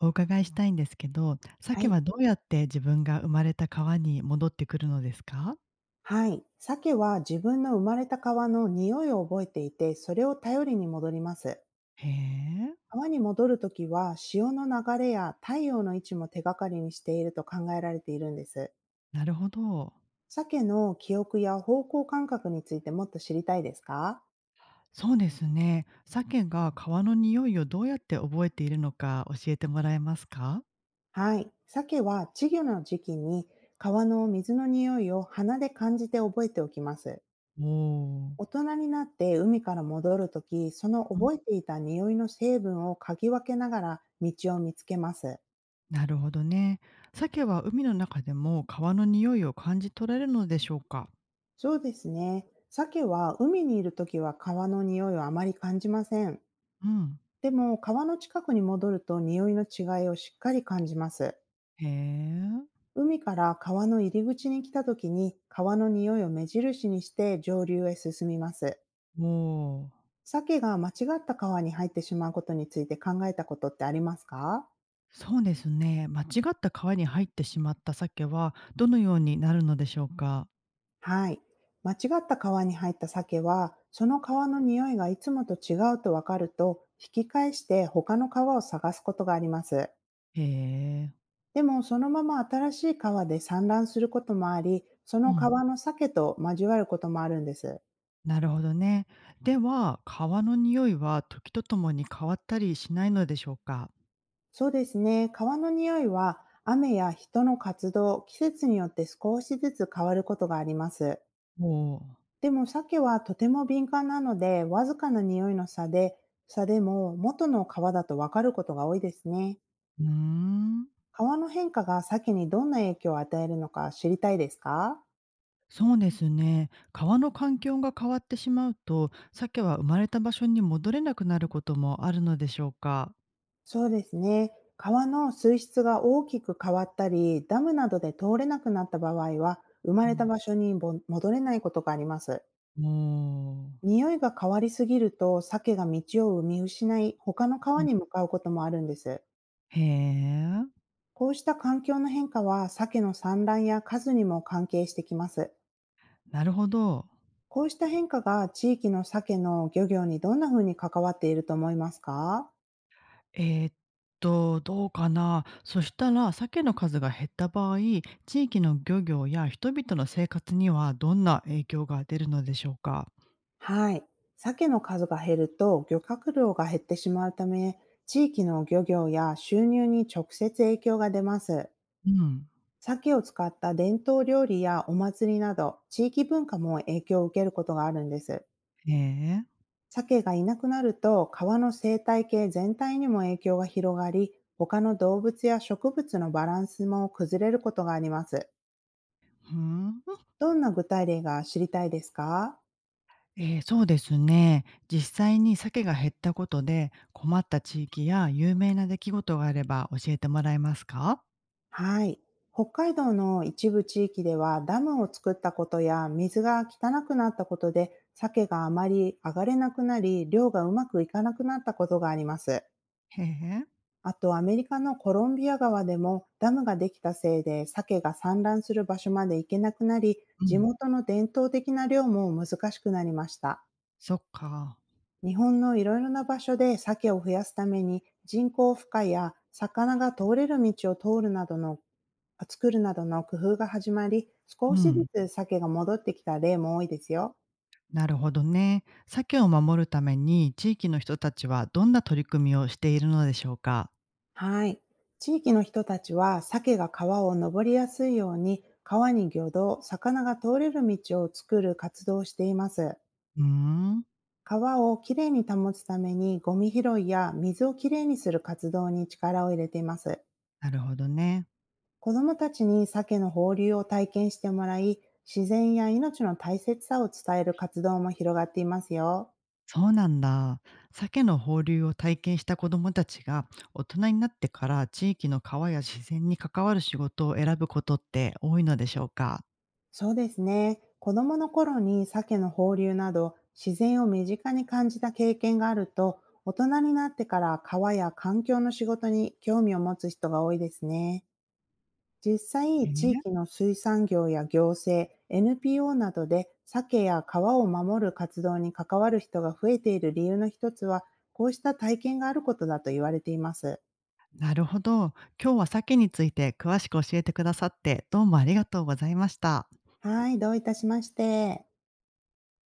お伺いしたいんですけど、は鮭い。はどうやって自分が生まれた川に戻ってくるのですか？はい。鮭は自分の生まれた川の匂いを覚えていて、それを頼りに戻ります。へえ。川に戻るときは、潮の流れや太陽の位置も手がかりにしていると考えられているんです。なるほど。鮭の記憶や方向感覚についてもっと知りたいですか？そうですね。鮭が川の匂いをどうやって覚えているのか教えてもらえますか？はい。鮭は稚魚の時期に川の水の匂いを鼻で感じて覚えておきます。おおー。大人になって海から戻るとき、そのん、覚えていた匂いの成分を嗅ぎ分けながら道を見つけます。なるほどね。鮭は海の中でも川の匂いを感じ取れるのでしょうか？そうですね。鮭は海にいるときは川の匂いをあまり感じません。うん。でも川の近くに戻ると匂いの違いをしっかり感じます。へえ。海から川の入り口に来たときに川の匂いを目印にして上流へ進みます。おお。鮭が間違った川に入ってしまうことについて考えたことってありますか？そうですね。間違った川に入ってしまった鮭はどのようになるのでしょうか？はい。間違った川に入った鮭は、その川の匂いがいつもと違うとわかると、引き返して他の川を探すことがあります。へえ。でも、そのまま新しい川で産卵することもあり、そうのん、川の鮭と交わることもあるんです。なるほどね。では、川の匂いは時とともに変わったりしないのでしょうか？そうですね。川の匂いは、雨や人の活動、季節によって少しずつ変わることがあります。おおう。でも鮭はとても敏感なので、わずかな匂いの差でも元の皮だとわかることが多いですね。うーん。皮の変化が鮭にどんな影響を与えるのか知りたいですか？そうですね。川の環境が変わってしまうと、鮭は生まれた場所に戻れなくなることもあるのでしょうか？そうですね。川の水質が大きく変わったり、ダムなどで通れなくなった場合は、生まうれたん。場所にぼ戻れないことがあります。おお。匂いが変わりすぎると、鮭が道を生み失い、他のう川ん。に向かうこともあるんです。へえ。こうした環境の変化は、鮭の産卵や数にも関係してきます。なるほど。こうした変化が地域の鮭の漁業にどんな風に関わっていると思いますか？えーっどうかな。そしたら、鮭の数が減った場合、地域の漁業や人々の生活にはどんな影響が出るのでしょうか？はい。鮭の数が減ると漁獲量が減ってしまうため、地域の漁業や収入に直接影響が出ます。うん。鮭を使った伝統料理やお祭りなど、地域文化も影響を受けることがあるんです。ええ。鮭がいなくなると川の生態系全体にも影響が広がり、他の動物や植物のバランスも崩れることがあります。ふーん。どんな具体例が知りたいですか？ええ、そうですね。実際に鮭が減ったことで、困った地域や有名な出来事があれば教えてもらえますか？はい。北海道の一部地域ではダムを作ったことや水が汚くなったことで鮭があまり上がれなくなり、漁がうまくいかなくなったことがあります。へえ。あとアメリカのコロンビア川でもダムができたせいで鮭が産卵する場所まで行けなくなり、う地ん。元の伝統的な漁も難しくなりました。そっか。日本のいろいろな場所で鮭を増やすために、人工孵化や魚が通れる道を通るなどの作るなどの工夫が始まり、少うしずん、つ鮭が戻ってきた例も多いですよ。なるほどね。鮭を守るために、地域の人たちはどんな取り組みをしているのでしょうか？はい。地域の人たちは、鮭が川を登りやすいように、川に魚道、魚が通れる道を作る活動をしています。うーん、川をきれいに保つために、ゴミ拾いや水をきれいにする活動に力を入れています。なるほどね。子どもたちに鮭の放流を体験してもらい、自然や命の大切さを伝える活動も広がっていますよ。そうなんだ。鮭の放流を体験した子どもたちが大人になってから地域の川や自然に関わる仕事を選ぶことって多いのでしょうか？そうですね。子供の頃に鮭の放流など自然を身近に感じた経験があると、大人になってから川や環境の仕事に興味を持つ人が多いですね。実え際、地え、域の水産業や行政、NPO などで鮭や川を守る活動に関わる人が増えている理由の一つは、こうした体験があることだと言われています。なるほど。今日は鮭について詳しく教えてくださってどうもありがとうございました。はい、どういたしまして。